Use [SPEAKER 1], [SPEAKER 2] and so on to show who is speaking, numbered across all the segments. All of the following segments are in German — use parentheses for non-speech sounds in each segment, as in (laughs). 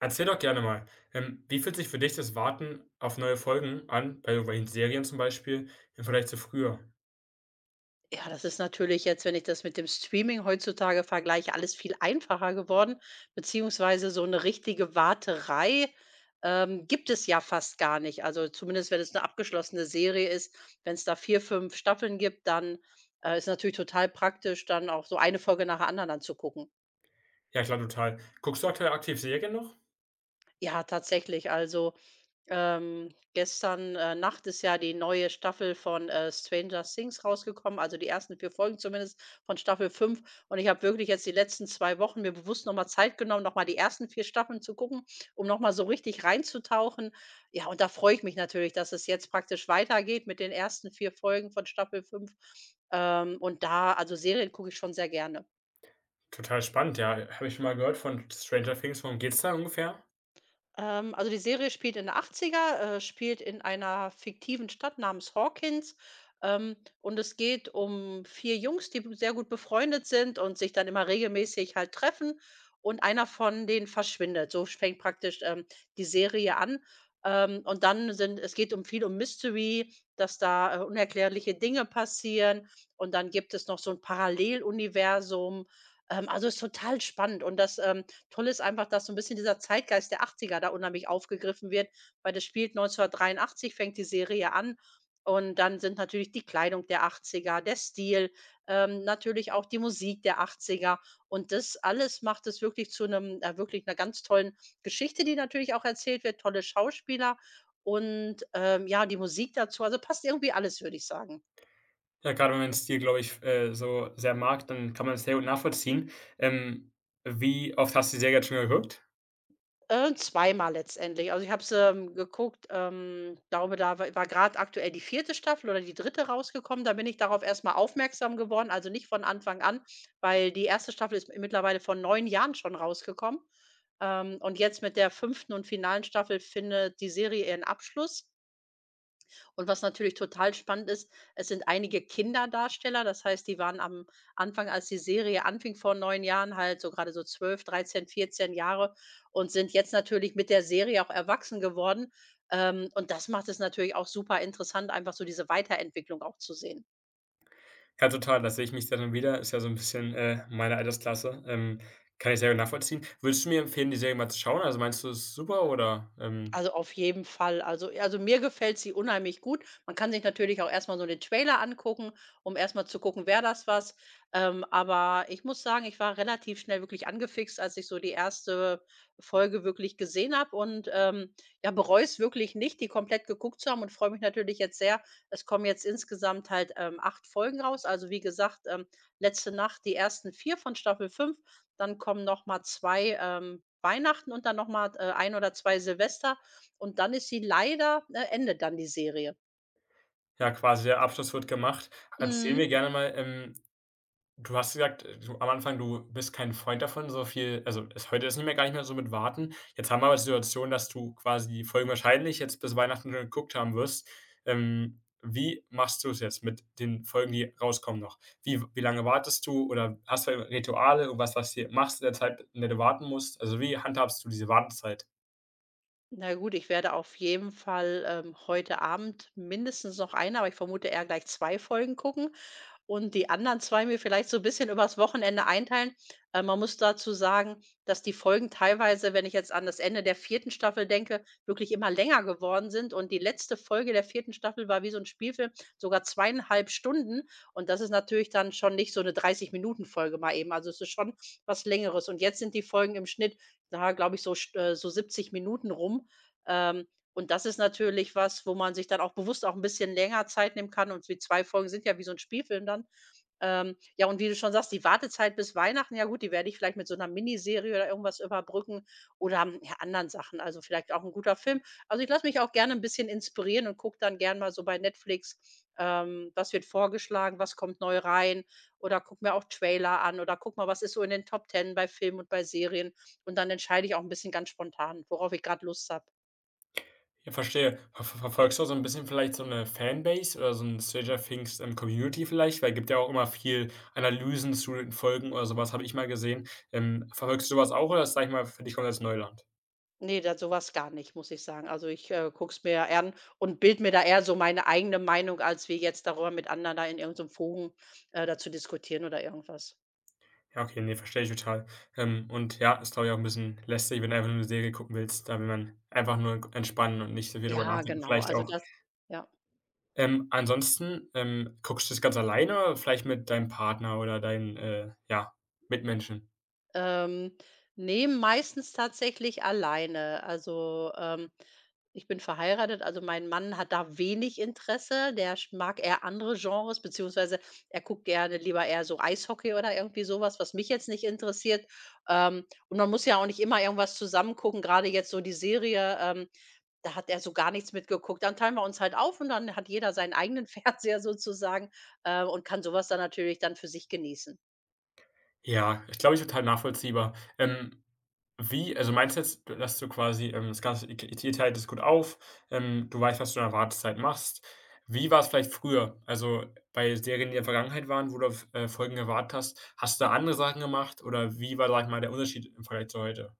[SPEAKER 1] Erzähl doch gerne mal, wie fühlt sich für dich das Warten auf neue Folgen an, bei irgendwelchen Serien zum Beispiel, im Vergleich zu früher?
[SPEAKER 2] Ja, das ist natürlich jetzt, wenn ich das mit dem Streaming heutzutage vergleiche, alles viel einfacher geworden, beziehungsweise so eine richtige Warterei, gibt es ja fast gar nicht. Also, zumindest wenn es eine abgeschlossene Serie ist. Wenn es da 4, 5 Staffeln gibt, dann, ist natürlich total praktisch, dann auch so eine Folge nach der anderen anzugucken.
[SPEAKER 1] Ja klar, total. Guckst du aktuell aktiv Serien noch?
[SPEAKER 2] Ja, tatsächlich. Also, gestern, Nacht ist ja die neue Staffel von, Stranger Things rausgekommen, also die ersten 4 Folgen zumindest von Staffel 5. Und ich habe wirklich jetzt die letzten 2 Wochen mir bewusst noch mal Zeit genommen, noch mal die ersten 4 Staffeln zu gucken, um noch mal so richtig reinzutauchen. Ja, und da freue ich mich natürlich, dass es jetzt praktisch weitergeht mit den ersten 4 Folgen von Staffel 5. Und da also Serien gucke ich schon sehr gerne.
[SPEAKER 1] Total spannend, ja. Habe ich schon mal gehört von Stranger Things. Worum geht's da ungefähr?
[SPEAKER 2] Also die Serie spielt in den Achtziger, spielt in einer fiktiven Stadt namens Hawkins. Und es geht um 4 Jungs, die sehr gut befreundet sind und sich dann immer regelmäßig halt treffen und einer von denen verschwindet. So fängt praktisch, die Serie an. Und dann sind es geht um viel um Mystery, dass da, unerklärliche Dinge passieren und dann gibt es noch so ein Paralleluniversum. Also ist total spannend und das, toll ist einfach, dass so ein bisschen dieser Zeitgeist der 80er da unheimlich aufgegriffen wird, weil das spielt 1983 fängt die Serie an und dann sind natürlich die Kleidung der 80er, der Stil, natürlich auch die Musik der 80er und das alles macht es wirklich zu einem wirklich einer ganz tollen Geschichte, die natürlich auch erzählt wird, tolle Schauspieler und, ja, die Musik dazu. Also, passt irgendwie alles, würde ich sagen.
[SPEAKER 1] Ja, gerade wenn man den Stil, glaube ich, so sehr mag, dann kann man es sehr gut nachvollziehen. Ähm, Wie oft hast du die Serie jetzt schon geguckt?
[SPEAKER 2] Zweimal letztendlich. Also, ich habe es, geguckt, glaube, da war grad aktuell die vierte Staffel oder die dritte rausgekommen. Da bin ich darauf erstmal aufmerksam geworden, also nicht von Anfang an, weil die erste Staffel ist mittlerweile vor 9 Jahren schon rausgekommen. Und jetzt mit der fünften und finalen Staffel findet die Serie ihren Abschluss. Und was natürlich total spannend ist, es sind einige Kinderdarsteller, das heißt, die waren am Anfang, als die Serie anfing vor 9 Jahren, halt so gerade so 12, 13, 14 Jahre und sind jetzt natürlich mit der Serie auch erwachsen geworden. Und das macht es natürlich auch super interessant, einfach so diese Weiterentwicklung auch zu sehen.
[SPEAKER 1] Ja, total, da sehe ich mich dann wieder. Ist ja so ein bisschen, meine Altersklasse. Kann ich sehr gut nachvollziehen. Würdest du mir empfehlen, die Serie mal zu schauen? Also, meinst du, es ist super oder,
[SPEAKER 2] Also, auf jeden Fall. Also, mir gefällt sie unheimlich gut. Man kann sich natürlich auch erstmal so den Trailer angucken, um erstmal zu gucken: wer das was? Aber ich muss sagen, ich war relativ schnell wirklich angefixt, als ich so die erste Folge wirklich gesehen habe und, ja, bereue es wirklich nicht, die komplett geguckt zu haben und freue mich natürlich jetzt sehr. Es kommen jetzt insgesamt halt, acht Folgen raus. Also, wie gesagt, letzte Nacht die ersten 4 von Staffel 5, dann kommen noch mal zwei, Weihnachten und dann noch mal, eine oder 2 Silvester. Und dann ist sie leider endet dann die Serie.
[SPEAKER 1] Ja, quasi der Abschluss wird gemacht. Erzähl
[SPEAKER 2] Mhm.
[SPEAKER 1] mir gerne mal, du hast gesagt, du am Anfang, du bist kein Freund davon, so viel also, ist heute ist nicht mehr gar nicht mehr so mit Warten. Jetzt haben wir aber die Situation, dass du quasi die Folgen wahrscheinlich jetzt bis Weihnachten schon geguckt haben wirst. Wie machst du es jetzt mit den Folgen, die rauskommen noch? wie lange wartest du oder hast du Rituale, irgendwas, was du machst in der Zeit, in der du warten musst? Also, wie handhabst du diese Wartezeit?
[SPEAKER 2] Na gut, ich werde auf jeden Fall, heute Abend mindestens noch eine, aber ich vermute eher gleich 2 Folgen gucken. Und die anderen 2 mir vielleicht so 'n bisschen übers Wochenende einteilen. Man muss dazu sagen, dass die Folgen teilweise, wenn ich jetzt an das Ende der vierten Staffel denke, wirklich immer länger geworden sind und die letzte Folge der vierten Staffel war wie so ein Spielfilm, sogar 2,5 Stunden und das ist natürlich dann schon nicht so eine 30 Minuten Folge mal eben. Also, es ist schon was Längeres und jetzt sind die Folgen im Schnitt, na, glaube ich, so 70 Minuten rum. Ähm, und das ist natürlich was, wo man sich dann auch bewusst auch ein bisschen länger Zeit nehmen kann und die 2 Folgen sind ja wie so ein Spielfilm dann. Ja, und wie du schon sagst, die Wartezeit bis Weihnachten, ja gut, die werde ich vielleicht mit so einer Miniserie oder irgendwas überbrücken oder, ja, anderen Sachen, also, vielleicht auch ein guter Film. Also, ich lasse mich auch gerne ein bisschen inspirieren und gucke dann gern mal so bei Netflix, was wird vorgeschlagen, was kommt neu rein oder gucke mir auch Trailer an oder guck mal, was ist so in den Top 10 bei Filmen und bei Serien und dann entscheide ich auch ein bisschen ganz spontan, worauf ich gerade Lust habe.
[SPEAKER 1] Ja, verstehe. Verfolgst du so 'n bisschen vielleicht so 'ne Fanbase oder so 'n Stranger Things, Community vielleicht? Weil gibt ja auch immer viel Analysen zu den Folgen oder so was, habe ich mal gesehen. Verfolgst du so was auch oder ist, sage ich mal, für dich komplettes Neuland?
[SPEAKER 2] Ne, da sowas gar nicht, muss ich sagen. Also, ich, gucke es mir ja an und bilde mir da eher so meine eigene Meinung, als wie jetzt darüber mit anderen da in irgendeinem so 'nem Forum, da diskutieren oder irgendwas.
[SPEAKER 1] Ja, okay, ne, verstehe ich total. Und ja, ist, glaube ich, auch 'n bisschen lästig, wenn du einfach nur 'ne Serie gucken willst. Da will man einfach nur g entspannen und nicht so viel drüber
[SPEAKER 2] Ja,
[SPEAKER 1] nachdenken,
[SPEAKER 2] genau.
[SPEAKER 1] vielleicht
[SPEAKER 2] Also,
[SPEAKER 1] auch.
[SPEAKER 2] das ja.
[SPEAKER 1] Ansonsten, guckst du das ganz alleine oder vielleicht mit deinem Partner oder deinen, ja, Mitmenschen?
[SPEAKER 2] Ähm, ne, meistens tatsächlich alleine. Also, ich bin verheiratet, also mein Mann hat da wenig Interesse. Der sch mag eher andere Genres, beziehungsweise er guckt gerne lieber eher so Eishockey oder irgendwie sowas, was, mich jetzt nicht interessiert. Und man muss ja auch nicht immer irgendwas zusammen gucken, gerade jetzt so die Serie, da hat er so gar nichts mitgeguckt. Dann teilen wir uns halt auf und dann hat jeder seinen eigenen (laughs) Fernseher sozusagen, und kann sowas dann natürlich dann für sich genießen.
[SPEAKER 1] Ja, ich glaube, ich total nachvollziehbar. Wie also, meinst du jetzt, dass du quasi, das Ganze ihr teilt es gut auf, du weißt, was du in der Wartezeit machst. Wie war es vielleicht früher? Also, bei Serien, die in der Vergangenheit waren, wo du auf, Folgen gewartet hast, hast du da andere Sachen gemacht oder wie war, sage ich mal, der Unterschied im Vergleich zu heute?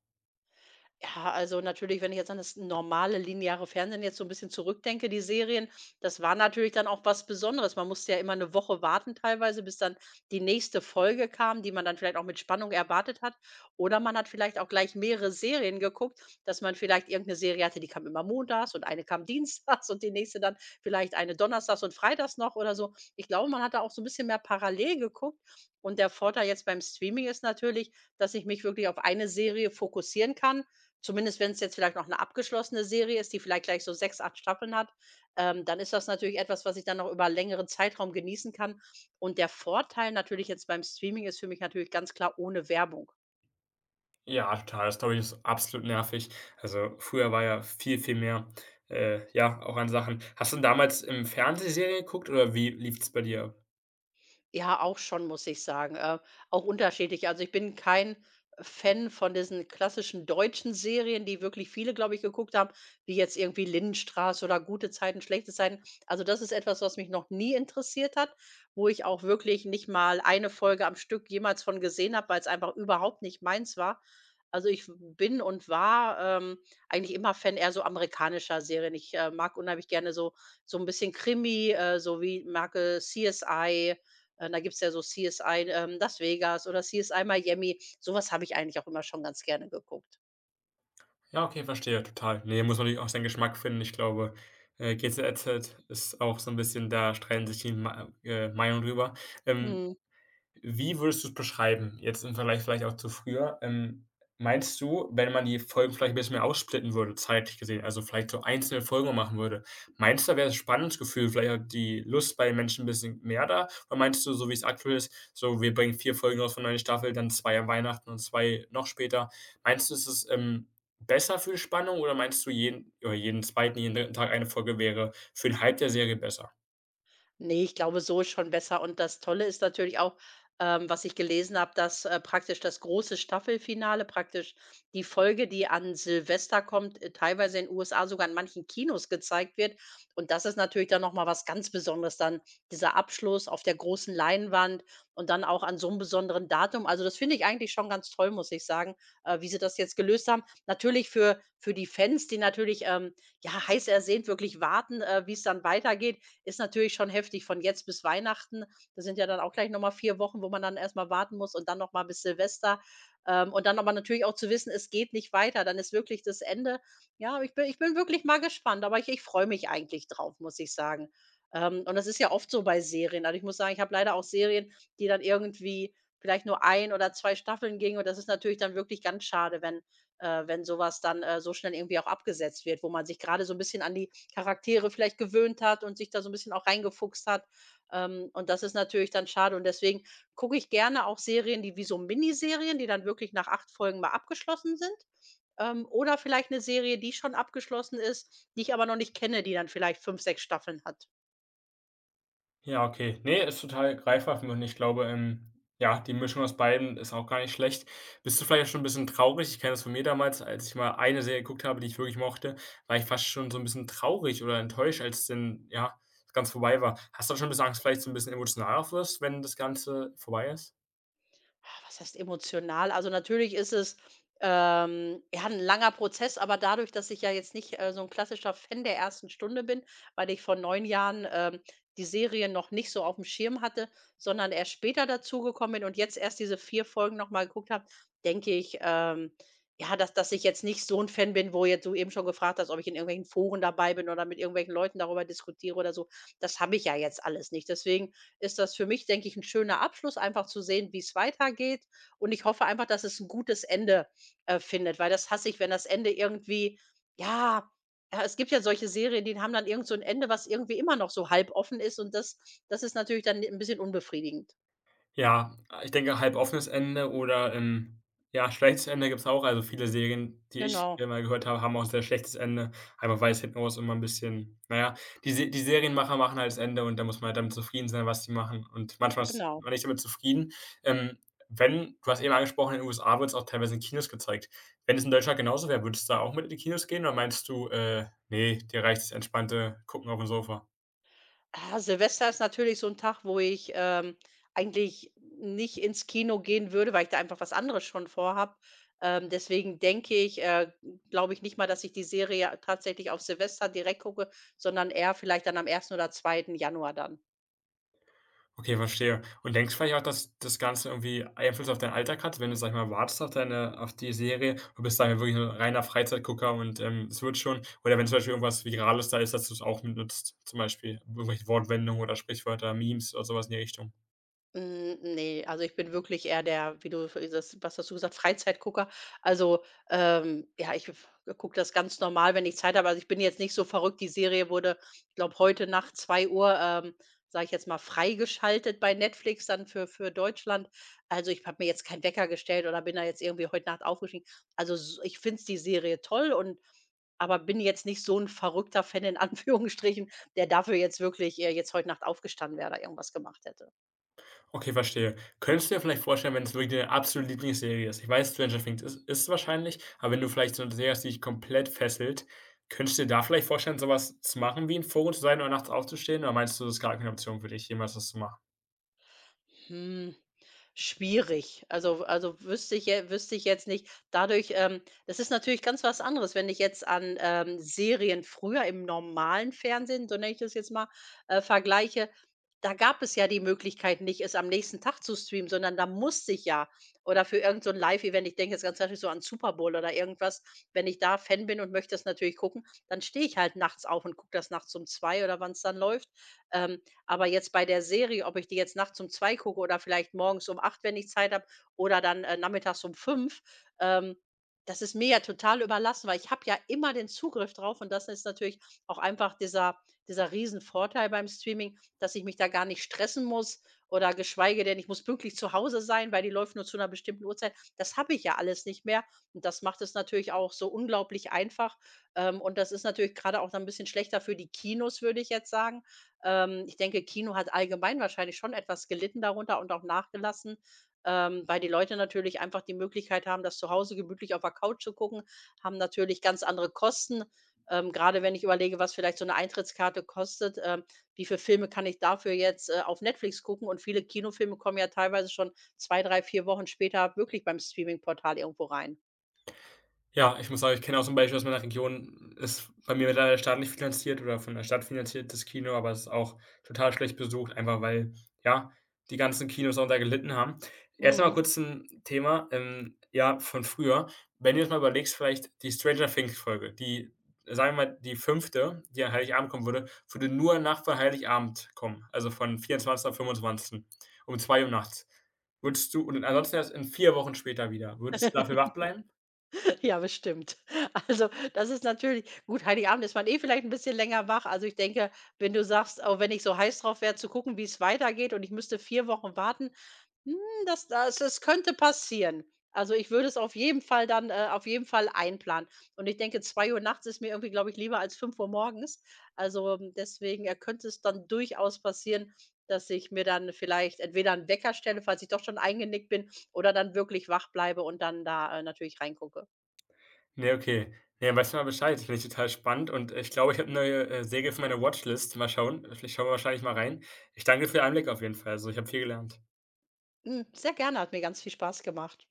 [SPEAKER 2] Ja, also natürlich, wenn ich jetzt an das normale lineare Fernsehen jetzt so ein bisschen zurückdenke, die Serien, das war natürlich dann auch was Besonderes. Man musste ja immer eine Woche warten teilweise, bis dann die nächste Folge kam, die man dann vielleicht auch mit Spannung erwartet hat. Oder man hat vielleicht auch gleich mehrere Serien geguckt, dass man vielleicht irgendeine Serie hatte, die kam immer montags und eine kam (laughs) dienstags und die nächste dann vielleicht eine donnerstags und freitags noch oder so. Ich glaube, man hat da auch so ein bisschen mehr parallel geguckt. Und der Vorteil jetzt beim Streaming ist natürlich, dass ich mich wirklich auf eine Serie fokussieren kann. Zumindest wenn es jetzt vielleicht noch eine abgeschlossene Serie ist, die vielleicht gleich so 6, 8 Staffeln hat, dann ist das natürlich etwas, was ich dann noch über einen längeren Zeitraum genießen kann. Und der Vorteil natürlich jetzt beim Streaming ist für mich natürlich ganz klar ohne Werbung.
[SPEAKER 1] Ja, total. Das, glaube ich, ist absolut nervig. Also, früher war ja viel, viel mehr, ja, auch an Sachen. Hast du denn damals, im Fernsehserien geguckt oder wie lief es bei dir ab?
[SPEAKER 2] Ja, auch schon, muss ich sagen. Auch unterschiedlich. Also, ich bin kein Fan von diesen klassischen deutschen Serien, die wirklich viele, glaube ich, geguckt haben, wie jetzt irgendwie Lindenstraße oder Gute Zeiten, schlechte Zeiten. Also, das ist etwas, was mich noch nie interessiert hat, wo ich auch wirklich nicht mal eine Folge am Stück jemals von gesehen habe, weil es einfach überhaupt nicht meins war. Also, ich bin und war, eigentlich immer Fan eher so amerikanischer Serien. Ich, mag unheimlich gerne so ein bisschen Krimi, so wie Marke CSI, da gibt's ja so CSI, Las Vegas oder CSI Miami. So was habe ich eigentlich auch immer schon ganz gerne geguckt.
[SPEAKER 1] Ja, okay, verstehe, total. Ne, muss man natürlich auch seinen Geschmack finden. Ich glaube, GZSZ ist auch so ein bisschen da streiten sich die Ma Meinungen drüber. Ähm,
[SPEAKER 2] Mhm.
[SPEAKER 1] Wie würdest du es beschreiben, jetzt im Vergleich vielleicht auch zu früher? Meinst du, wenn man die Folgen vielleicht 'n bisschen mehr aufsplitten würde, zeitlich gesehen, also vielleicht so einzelne Folgen machen würde, meinst du, da wäre das Spannungsgefühl, vielleicht auch die Lust bei den Menschen 'n bisschen mehr da? Oder meinst du, so wie es aktuell ist, so wir bringen 4 Folgen raus von der Staffel, dann 2 an Weihnachten und 2 noch später. Meinst du, es ist, es besser für die Spannung oder meinst du jeden oder jeden zweiten jeden dritten Tag eine Folge wäre für 'n Hype der Serie besser?
[SPEAKER 2] Ne, ich glaube, so ist schon besser und das Tolle ist natürlich auch, was ich gelesen habe, dass, praktisch das große Staffelfinale praktisch die Folge, die an Silvester kommt, teilweise in den USA sogar in manchen Kinos gezeigt wird. Und das ist natürlich dann noch mal was ganz Besonderes dann, dieser Abschluss auf der großen Leinwand und dann auch an so einem besonderen Datum. Also, das finde ich eigentlich schon ganz toll, muss ich sagen, wie sie das jetzt gelöst haben. Natürlich für die Fans, die natürlich, ja, heiß ersehnt wirklich warten, wie es dann weitergeht, ist natürlich schon heftig von jetzt bis Weihnachten. Das sind ja dann auch gleich nochmal 4 Wochen, wo man dann erstmal warten muss und dann nochmal bis Silvester. Und dann aber natürlich auch zu wissen, es geht nicht weiter, dann ist wirklich das Ende. Ja, ich bin wirklich mal gespannt, aber ich freue mich eigentlich drauf, muss ich sagen. Und das ist ja oft so bei Serien. Also, ich muss sagen, ich habe leider auch Serien, die dann irgendwie vielleicht nur ein oder 2 Staffeln gingen und das ist natürlich dann wirklich ganz schade, wenn sowas dann, so schnell irgendwie auch abgesetzt wird, wo man sich gerade so ein bisschen an die Charaktere vielleicht gewöhnt hat und sich da so ein bisschen auch reingefuchst hat. Und das ist natürlich dann schade und deswegen gucke ich gerne auch Serien, die wie so Miniserien, die dann wirklich nach 8 Folgen mal abgeschlossen sind, oder vielleicht eine Serie, die schon abgeschlossen ist, die ich aber noch nicht kenne, die dann vielleicht 5, 6 Staffeln hat.
[SPEAKER 1] Ja, okay. Nee ist total greifbar für mich und ich glaube, ja, die Mischung aus beiden ist auch gar nicht schlecht. Bist du vielleicht auch schon ein bisschen traurig? Ich kenne das von mir damals, als ich mal eine Serie geguckt habe, die ich wirklich mochte, war ich fast schon so ein bisschen traurig oder enttäuscht, als denn, ja, ganz vorbei war. Hast du da schon ein bisschen Angst, vielleicht so 'n bisschen emotional auch wirst, wenn das Ganze vorbei ist?
[SPEAKER 2] Ah, was heißt emotional? Also, natürlich ist es, ja, ein langer Prozess, aber dadurch, dass ich ja jetzt nicht, so ein klassischer Fan der ersten Stunde bin, weil ich vor 9 Jahren, die Serie noch nicht so auf dem Schirm hatte, sondern erst später dazugekommen bin und jetzt erst diese 4 Folgen noch mal geguckt habe, denke ich, ja, dass ich jetzt nicht so ein Fan bin, wo jetzt du eben schon gefragt hast, ob ich in irgendwelchen Foren dabei bin oder mit irgendwelchen Leuten darüber diskutiere oder so. Das habe ich ja jetzt alles nicht. Deswegen, ist das für mich, denke ich, ein schöner Abschluss, einfach zu sehen, wie es weitergeht. Und ich hoffe einfach, dass es ein gutes Ende, findet, weil das hasse ich, wenn das Ende irgendwie ja, ja, es gibt ja solche Serien, die haben dann irgend so 'n Ende, was irgendwie immer noch so halb offen ist und das ist natürlich dann ein bisschen unbefriedigend.
[SPEAKER 1] Ja, ich denke, halb offenes Ende oder, ja, schlechtes Ende gibt's auch. Also, viele Serien, die ich
[SPEAKER 2] Genau,
[SPEAKER 1] immer gehört habe, haben auch sehr schlechtes Ende, einfach weil es hinten raus immer ein bisschen naja, die Serienmacher machen halt das Ende und da muss man halt damit zufrieden sein, was die machen. Und manchmal ist
[SPEAKER 2] genau.
[SPEAKER 1] man nicht damit zufrieden. Ähm, Wenn du hast eben angesprochen, in den USA wird's auch teilweise in Kinos gezeigt. Wenn es in Deutschland genauso wäre, würdest du da auch mit in die Kinos gehen oder meinst du, „Ne, dir reicht das entspannte Gucken auf dem Sofa?"
[SPEAKER 2] Ah, Silvester ist natürlich so 'n Tag, wo ich, eigentlich nicht ins Kino gehen würde, weil ich da einfach was anderes schon vorhabe. Deswegen denke ich glaube ich nicht mal, dass ich die Serie tatsächlich auf Silvester direkt gucke, sondern eher vielleicht dann am ersten oder zweiten Januar dann.
[SPEAKER 1] Okay, verstehe. Und denkst du vielleicht auch, dass das Ganze irgendwie Einfluss auf deinen Alltag hat, wenn du, sage ich mal, wartest auf deine auf die Serie und bist, sagen wir, wirklich nur reiner Freizeitgucker und, es wird schon oder wenn zum Beispiel irgendwas Virales da ist, dass du es auch mitnutzt, zum Beispiel irgendwelche Wortwendungen oder Sprichwörter, Memes oder sowas in die Richtung.
[SPEAKER 2] Hm, ne, also ich bin wirklich eher der, wie du das, was hast du gesagt, Freizeitgucker. Also, ja, ich gucke das ganz normal, wenn ich Zeit habe. Also, ich bin jetzt nicht so verrückt. Die Serie wurde, ich glaube, heute Nacht 2 Uhr, ähm, sage ich jetzt mal, freigeschaltet bei Netflix dann für Deutschland. Also, ich habe mir jetzt keinen Wecker gestellt oder bin da jetzt irgendwie heute Nacht aufgestiegen. Also, s ich finde die Serie toll und aber bin jetzt nicht so ein verrückter Fan in (laughs) Anführungsstrichen, der dafür jetzt wirklich, jetzt heute Nacht aufgestanden wäre oder irgendwas gemacht hätte.
[SPEAKER 1] Okay, verstehe. Könntest du dir vielleicht vorstellen, wenn es wirklich deine absolute Lieblingsserie ist? Ich weiß, Stranger Things ist's wahrscheinlich, aber wenn du vielleicht so eine Serie hast, die dich komplett fesselt, könntest du dir da vielleicht vorstellen, so was zu machen, wie im Forum zu sein oder nachts aufzustehen, oder meinst du, das ist gar keine Option für dich, jemals das zu machen?
[SPEAKER 2] Hm, schwierig. Also wüsste ich jetzt nicht. Dadurch das ist natürlich ganz was anderes, wenn ich jetzt an, Serien früher im normalen Fernsehen, so nenne ich das jetzt mal, vergleiche, da gab es ja die Möglichkeit nicht, es am nächsten Tag zu streamen, sondern da musste ich ja oder für irgend so 'n Live-Event, ich denke jetzt ganz klassisch so an Super Bowl oder irgendwas, wenn ich da Fan bin und möchte das natürlich gucken, dann stehe ich halt nachts auf und gucke das nachts um 2 oder wann es dann läuft. Ähm, aber jetzt bei der Serie, ob ich die jetzt nachts um 2 gucke oder vielleicht morgens um 8, wenn ich Zeit habe, oder dann, nachmittags um 5, ähm, das ist mir ja total überlassen, weil ich habe ja immer den Zugriff drauf und das ist natürlich auch einfach dieser Riesenvorteil beim Streaming, dass ich mich da gar nicht stressen muss oder geschweige denn, ich muss pünktlich zu Hause sein, weil die läuft nur zu einer bestimmten Uhrzeit. Das habe ich ja alles nicht mehr und das macht es natürlich auch so unglaublich einfach, und das ist natürlich gerade auch dann 'n bisschen schlechter für die Kinos, würde ich jetzt sagen, ich denke, Kino hat allgemein wahrscheinlich schon etwas gelitten darunter und auch nachgelassen, weil die Leute natürlich einfach die Möglichkeit haben, das zu Hause gemütlich auf der Couch zu gucken, haben natürlich ganz andere Kosten. Grade wenn ich überlege, was vielleicht so eine Eintrittskarte kostet, wie viele Filme kann ich dafür jetzt, auf Netflix gucken? Und viele Kinofilme kommen ja teilweise schon 2, 3, 4 Wochen später wirklich beim Streaming-Portal irgendwo rein.
[SPEAKER 1] Ja, ich muss sagen, ich kenne auch so 'n Beispiel aus meiner Region, ist bei mir leider der Staat nicht finanziert oder von der Stadt finanziert, das Kino, aber es ist auch total schlecht besucht, einfach weil, ja, die ganzen Kinos darunter gelitten haben. Jetzt noch mal
[SPEAKER 2] Mhm.
[SPEAKER 1] kurz zum Thema, ja, von früher. Wenn du jetzt mal überlegst, vielleicht die „Stranger Things"-Folge, die sagen wir mal, die fünfte, die an Heiligabend kommen würde, würde nur nach vor Heiligabend kommen, also von 24. auf 25. um 2 Uhr nachts. Würdest du und ansonsten erst in 4 Wochen später wieder. Würdest du dafür wach bleiben?
[SPEAKER 2] Ja, bestimmt. Also, das ist natürlich gut, Heiligabend ist man eh vielleicht ein bisschen länger wach. Also, ich denke, wenn du sagst: auch wenn ich so heiß drauf wäre zu gucken, wie es weitergeht und ich müsste 4 Wochen warten“, hm, das könnte passieren. Also, ich würde es auf jeden Fall dann auf jeden Fall einplanen. Und ich denke, 2 Uhr nachts ist mir irgendwie, glaube ich, lieber als 5 Uhr morgens. Also, deswegen, könnte es dann durchaus passieren, dass ich mir dann vielleicht entweder einen Wecker stelle, falls ich doch schon eingenickt bin, oder dann wirklich wach bleibe und dann da, natürlich reingucke.
[SPEAKER 1] Ne, okay. Ne, weiß ich mal Bescheid. Finde ich total spannend und ich glaube, ich habe 'ne neue, Serie für meine Watchlist. Mal schauen. Vielleicht schauen wir wahrscheinlich mal rein. Ich danke dir für den Einblick auf jeden Fall. Also, ich habe viel gelernt.
[SPEAKER 2] Hm, sehr gerne, hat mir ganz viel Spaß gemacht.